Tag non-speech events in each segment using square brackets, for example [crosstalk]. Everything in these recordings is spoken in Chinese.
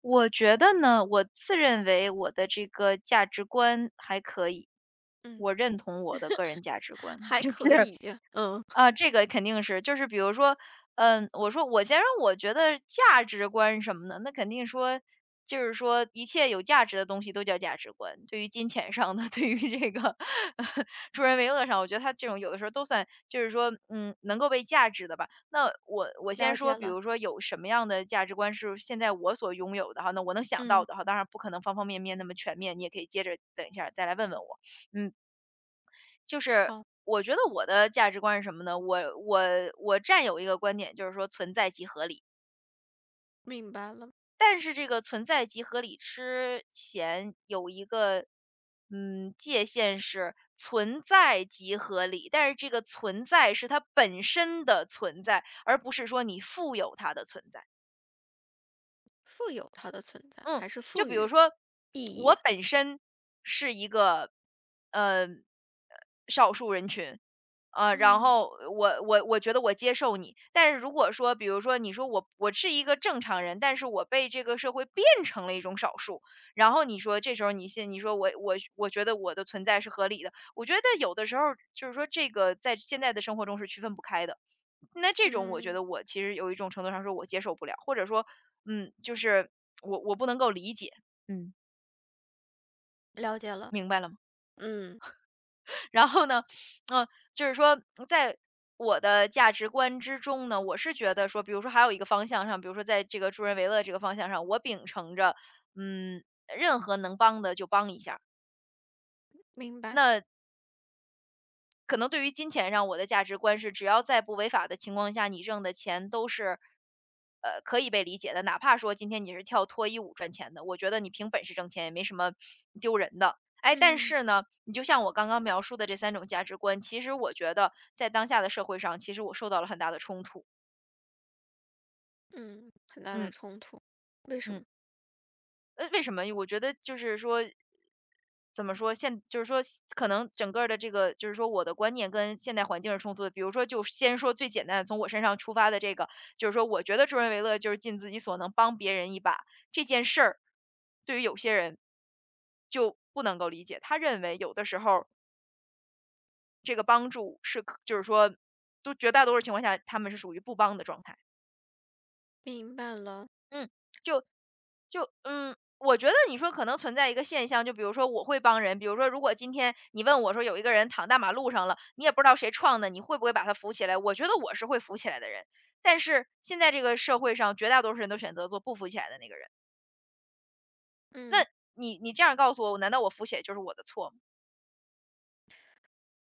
我觉得呢，我自认为我的这个价值观还可以，嗯，我认同我的个人价值观，[laughs] 还就是可以，嗯。啊，这个肯定是，就是比如说，我先说，我觉得价值观什么的，那肯定说，就是说一切有价值的东西都叫价值观。对于金钱上的，[laughs] 对于这个 [laughs] 助人为乐上，我觉得他这种有的时候都算，就是说，能够被价值的吧。那我先了说，解比了。如说有什么样的价值观是现在我所拥有的哈，那我能想到嗯，的哈，当然不可能方方面面那么全面，你也可以接着等一下儿再来问问我。嗯。就是好，我觉得我的价值观是什么呢？我占有一个观点，就是说存在即合理。明白了。但是这个存在即合理之前有一个界限是存在即合理，但是这个存在是它本身的存在，而不是说你富有它的存在。富有它的存在，嗯，还是就赋比如予说意我义。本身是一个呃少数人群，然嗯，后我觉得我接受你。但是如果说，比如说你说我是一个正常人，但是我被这个社会变成了一种少数，然后你说这时候你说我觉得我的存在是合理的，我觉得有的时候就是说这个在现在的生活中是区分不开的。那这种我觉嗯得我其实有一种程度上说我接受不了，或者说，就是我不能够理解，嗯，了解了。明白了吗？嗯，然后呢，嗯，就是说在我的价值观之中呢，我是觉得说，比如说还有一个方向上，比如说在这个助人为乐这个方向上，我秉承着，嗯，任何能帮的就帮一下儿。明白。那可能对于金钱上，我的价值观是只要在不违法的情况下，你挣的钱都是，可以被理解的。哪怕说今天你是跳脱衣舞赚钱的，我觉得你凭本事挣钱也没什么丢人的。哎，但嗯是呢，你就像我刚刚描述的这三种价值观，其实我觉得在当下的社会上，其实我受到了很大的冲突。嗯，很大的嗯冲突。为什么？嗯。为什么？我觉得就是说，怎么说，就是说，可能整个儿的这个，就是说我的观念跟现代环境是冲突的。比如说，就先说最简单的，从我身上出发的这个，就是说，我觉得助人为乐就是尽自己所能帮别人一把这件事儿，对于有些人就不能够理解。他认为有的时候这个帮助是可，就是说，都绝大多数情况下他们是属于不帮的状态。明白了。嗯。就。就嗯，我觉得你说可能存在一个现象，就比如说我会帮人，比如说如果今天你问我说有一个人躺大马路上了，你也不知道谁撞的，你会不会把他扶起来？我觉得我是会扶起来的人，但是现在这个社会上，绝大多数人都选择做不扶起来的那个人。那嗯，你这样告诉我，难道我扶起来就是我的错吗？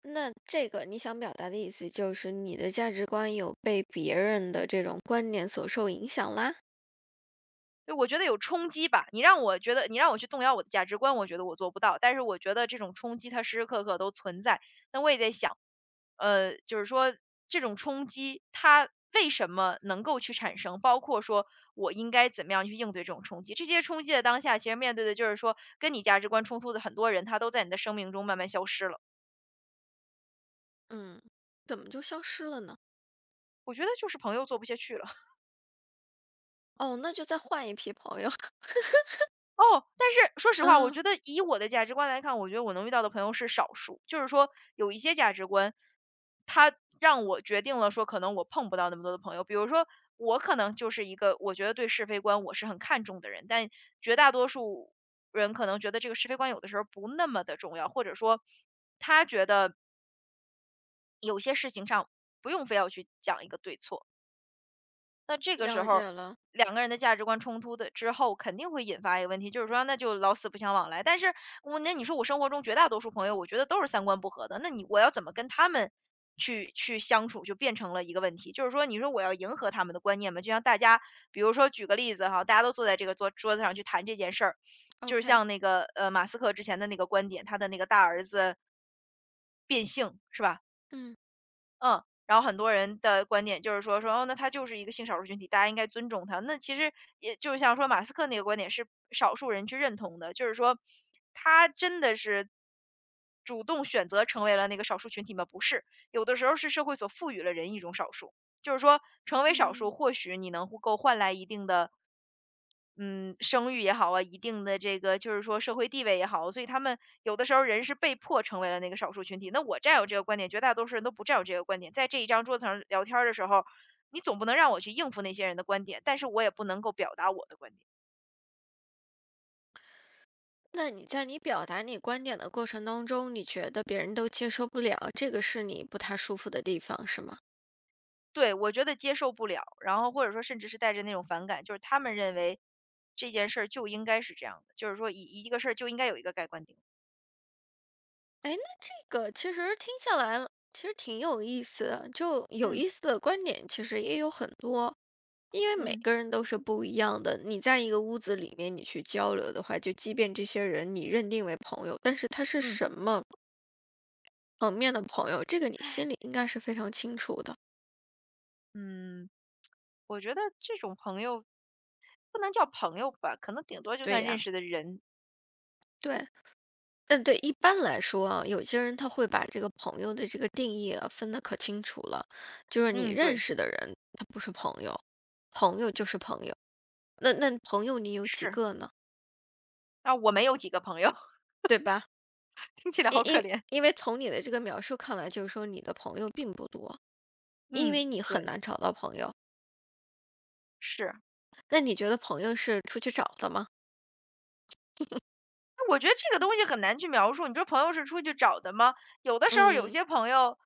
那这个你想表达的意思就是你的价值观有被别人的这种观点所受影响啦？对，我觉得有冲击吧，你让我觉得你让我去动摇我的价值观，我觉得我做不到。但是我觉得这种冲击它时时刻刻都存在，那我也在想，就是说这种冲击它为什么能够去产生？包括说我应该怎么样去应对这种冲击？这些冲击的当下，其实面对的就是说跟你价值观冲突的很多人，他都在你的生命中慢慢消失了。嗯，怎么就消失了呢？我觉得就是朋友做不下去了。哦，那就再换一批朋友。[laughs] 哦，但是说实话，我嗯，觉得以我的价值观来看，我觉得我能遇到的朋友是少数。就是说有一些价值观，它让我决定了说可能我碰不到那么多的朋友。比如说我可能就是一个我觉得对是非观我是很看重的人，但绝大多数人可能觉得这个是非观有的时候不那么的重要，或者说他觉得有些事情上不用非要去讲一个对错。那这个时了解候了。两个人的价值观冲突的之后，肯定会引发一个问题，就是说那就老死不相往来。但是我那你说我生活中绝大多数朋友，我觉得都是三观不合的，那你我要怎么跟他们去相处，就变成了一个问题。就是说，你说我要迎合他们的观念嘛，就像大家，比如说举个例子哈，大家都坐在这个桌子上去谈这件事儿，就是 OK。像那个马斯克之前的那个观点，他的那个大儿子变性是吧？嗯嗯，然后很多人的观点就是说，哦，那他就是一个性少数群体，大家应该尊重他。那其实也就是像说马斯克那个观点是少数人去认同的，就是说他真的是主动选择成为了那个少数群体吗？不是，有的时候是社会所赋予了人一种少数，就是说成为少数，嗯，或许你能够换来一定的嗯，声誉也好啊，一定的这个就是说社会地位也好，所以他们有的时候人是被迫成为了那个少数群体。那我占有这个观点，绝大多数人都不占有这个观点。在这一张桌子上聊天儿的时候，你总不能让我去应付那些人的观点，但是我也不能够表达我的观点。那你在你表达你观点的过程当中，你觉得别人都接受不了，这个是你不太舒服的地方，是吗？对，我觉得接受不了，然后或者说甚至是带着那种反感，就是他们认为这件事儿就应该是这样的，就是说一个事儿就应该有一个盖棺定论。哎，那这个其实听下来了其实挺有意思的，就有嗯意思的观点其实也有很多，因为每嗯个人都是不一样的。你在一个屋子里面，你去交流的话，就即便这些人你认定为朋友，但是他是嗯什么层面的朋友，这个你心里应该是非常清楚的。嗯，我觉得这种朋友不能叫朋友吧，可能顶多就对算认呀，识的人。对。但对，一般来说啊，有些人他会把这个朋友的这个定义啊分得可清楚了，就是你嗯，认对，识的人，他不是朋友，朋友就是朋友。那那朋友你有几是。个呢？啊，我没有几个朋友，对吧？[laughs] 听起来因好可因怜。因为从你的这个描述看来，就是说你的朋友并不多，因嗯，为你对，很难找到朋友。是。那你觉得朋友是出去找的吗？我觉得这个东西很难去描述。你说朋友是出去找的吗？有的时候有嗯，些朋友，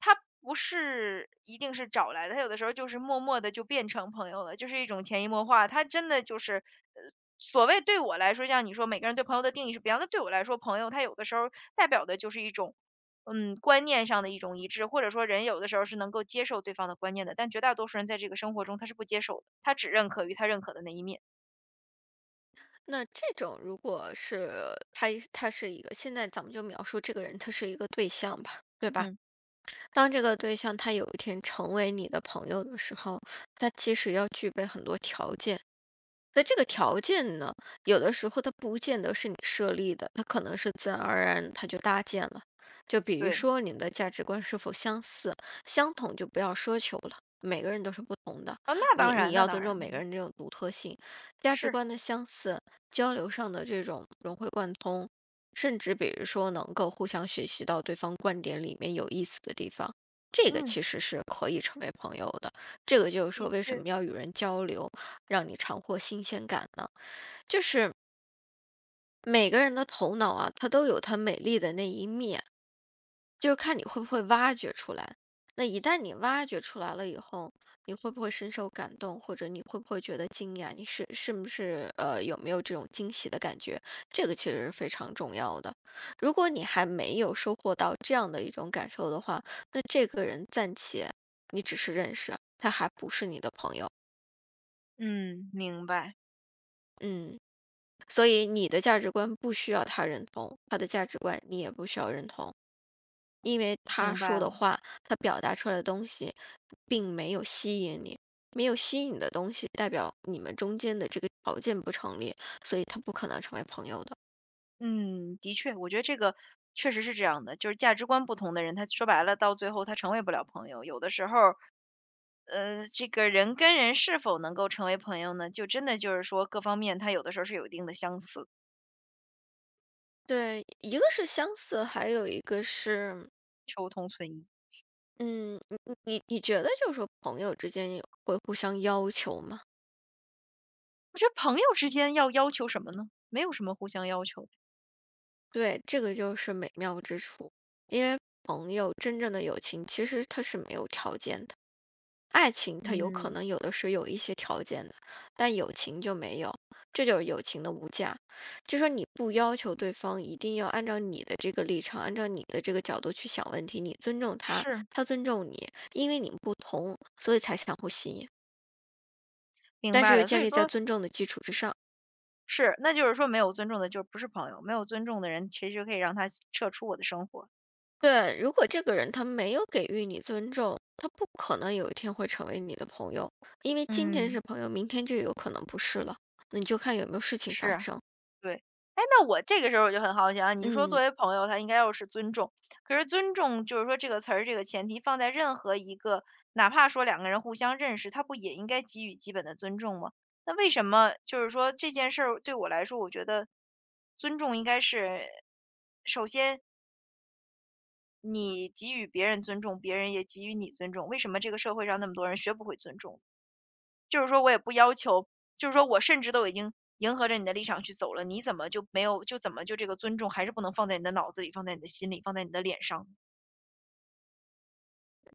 他不是一定是找来的，他有的时候就是默默的就变成朋友了，就是一种潜移默化。他真的就是，呃，所谓对我来说，像你说每个人对朋友的定义是不一样的，对我来说，朋友他有的时候代表的就是一种，观念上的一种一致，或者说人有的时候是能够接受对方的观念的，但绝大多数人在这个生活中他是不接受的，他只认可于他认可的那一面。那这种如果是他是一个，现在咱们就描述这个人，他是一个对象吧，对吧？嗯，当这个对象他有一天成为你的朋友的时候，他其实要具备很多条件。那这个条件呢，有的时候它不见得是你设立的，它可能是自然而然它就搭建了。就比如对。说你们的价值观是否相似，相同就不要奢求了，每个人都是不同的，啊，那你当然你那要当尊重然，每个对，人这种独特性。价值是。观的相似，交流上的这种融会贯通，甚至比如说能够互相学习到对方观点里面有意思的地方，这个嗯，其实是可以成为朋友的。这个就是的说为什确。么要与人交流，让你尝获新鲜感呢？每个人的头脑啊，它都有它美丽的那一面，就是看你会不会挖掘出来。那一旦你挖掘出来了以后，你会不会深受感动，或者你会不会觉得惊讶？你是不是有没有这种惊喜的感觉？这个其实是非常重要的。如果你还没有收获到这样的一种感受的话，那这个人暂且你只是认识，他还不是你的朋友。嗯，明白，嗯。所以你的价值观不需要他认同，他的价值观你也不需要认同，因为他明说白的了。话，他表达出来的东西，并没有吸引你，没有吸引你的东西，代表你们中间的这个条件不成立，所以他不可能成为朋友的。嗯，的确，我觉得这个确实是这样的，就是价值观不同的人，他说白了，到最后他成为不了朋友。有的时候，这个人跟人是否能够成为朋友呢？就真的就是说各方面，他有的时候是有一定的相似，对，一个是相似，还有一个是，求同存异。嗯，你觉得就是说朋友之间有会互相要求吗？我觉得朋友之间要要求什么呢？没有什么互相要求。对，这个就是美妙之处。朋友真正的友情其实它是没有条件的。爱情它有可嗯，能有的是有一些条件的，但友情就没有，这就是友情的无价。就说你不要求对方一定要按照你的这个立场，按照你的这个角度去想问题，你尊重他，是，他尊重你，因为你们不同，所以才相互吸引，明但是白又了。所建以立在说，尊重的基础之上。是。那就是说没有尊重的就不是朋友，没有尊重的人，其实就可以让他撤出我的生活。对，如果这个人他没有给予你尊重，他不可能有一天会成为你的朋友，因为今天嗯。是朋友，明天就有可能不是了，那你就看有没有事情发是，生。对。哎，那我这个时候我就很好奇啊，你说作嗯。为朋友，他应该要是尊重，可是尊重就是说这个词儿这个前提放在任何一个，哪怕说两个人互相认识，他不也应该给予基本的尊重吗？那为什么就是说这件事儿对我来说，我觉得尊重应该是首先你给予别人尊重，别人也给予你尊重，为什么这个社会上那么多人学不会尊重？就是说我也不要求，就是说我甚至都已经迎合着你的立场去走了，你怎么就没有就怎么就这个尊重还是不能放在你的脑子里，放在你的心里，放在你的脸上？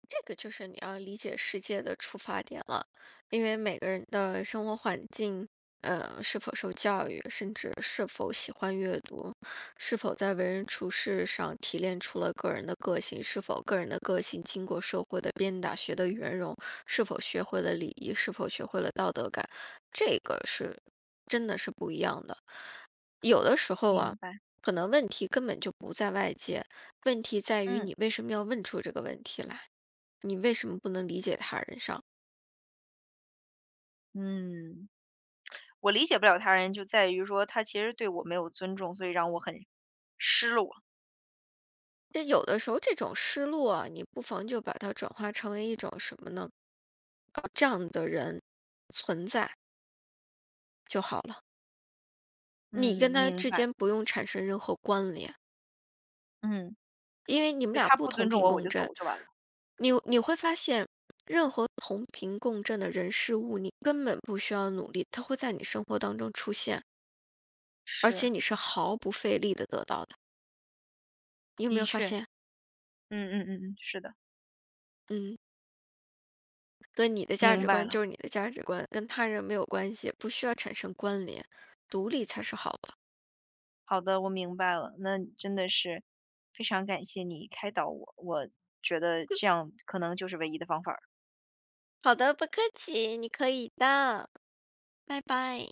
这个就是你要理解世界的出发点了，因为每个人的生活环境，是否受教育，甚至是否喜欢阅读，是否在为人处事上提炼出了个人的个性，是否个人的个性经过社会的鞭打学的圆融，是否学会了礼仪，是否学会了道德感，这个是真的是不一样的。有的时候啊，明白。可能问题根本就不在外界，问题在于嗯。你为什么要问出这个问题来。你为什么不能理解他人上？嗯，我理解不了他人就在于说他其实对我没有尊重，所以让我很失落。这有的时候这种失落啊，你不妨就把它转化成为一种什么呢？就好了，你嗯，跟他明之白。间不用产生任何关联，嗯，因为你们就俩他不不同尊重频我，我共就振。走就完了。你会发现，任何同频共振的人事物，你根本不需要努力，它会在你生活当中出现，而是，且你是毫不费力的得到的。你有没的有发确，现？嗯嗯嗯嗯，是的，嗯，对，你的价明值白观了。就是你的价值观，跟他人没有关系，不需要产生关联，独立才是好的。好的，我明白了。那真的是非常感谢你开导我，我觉得这样可能就是唯一的方法。好的，不客气，你可以的，拜拜。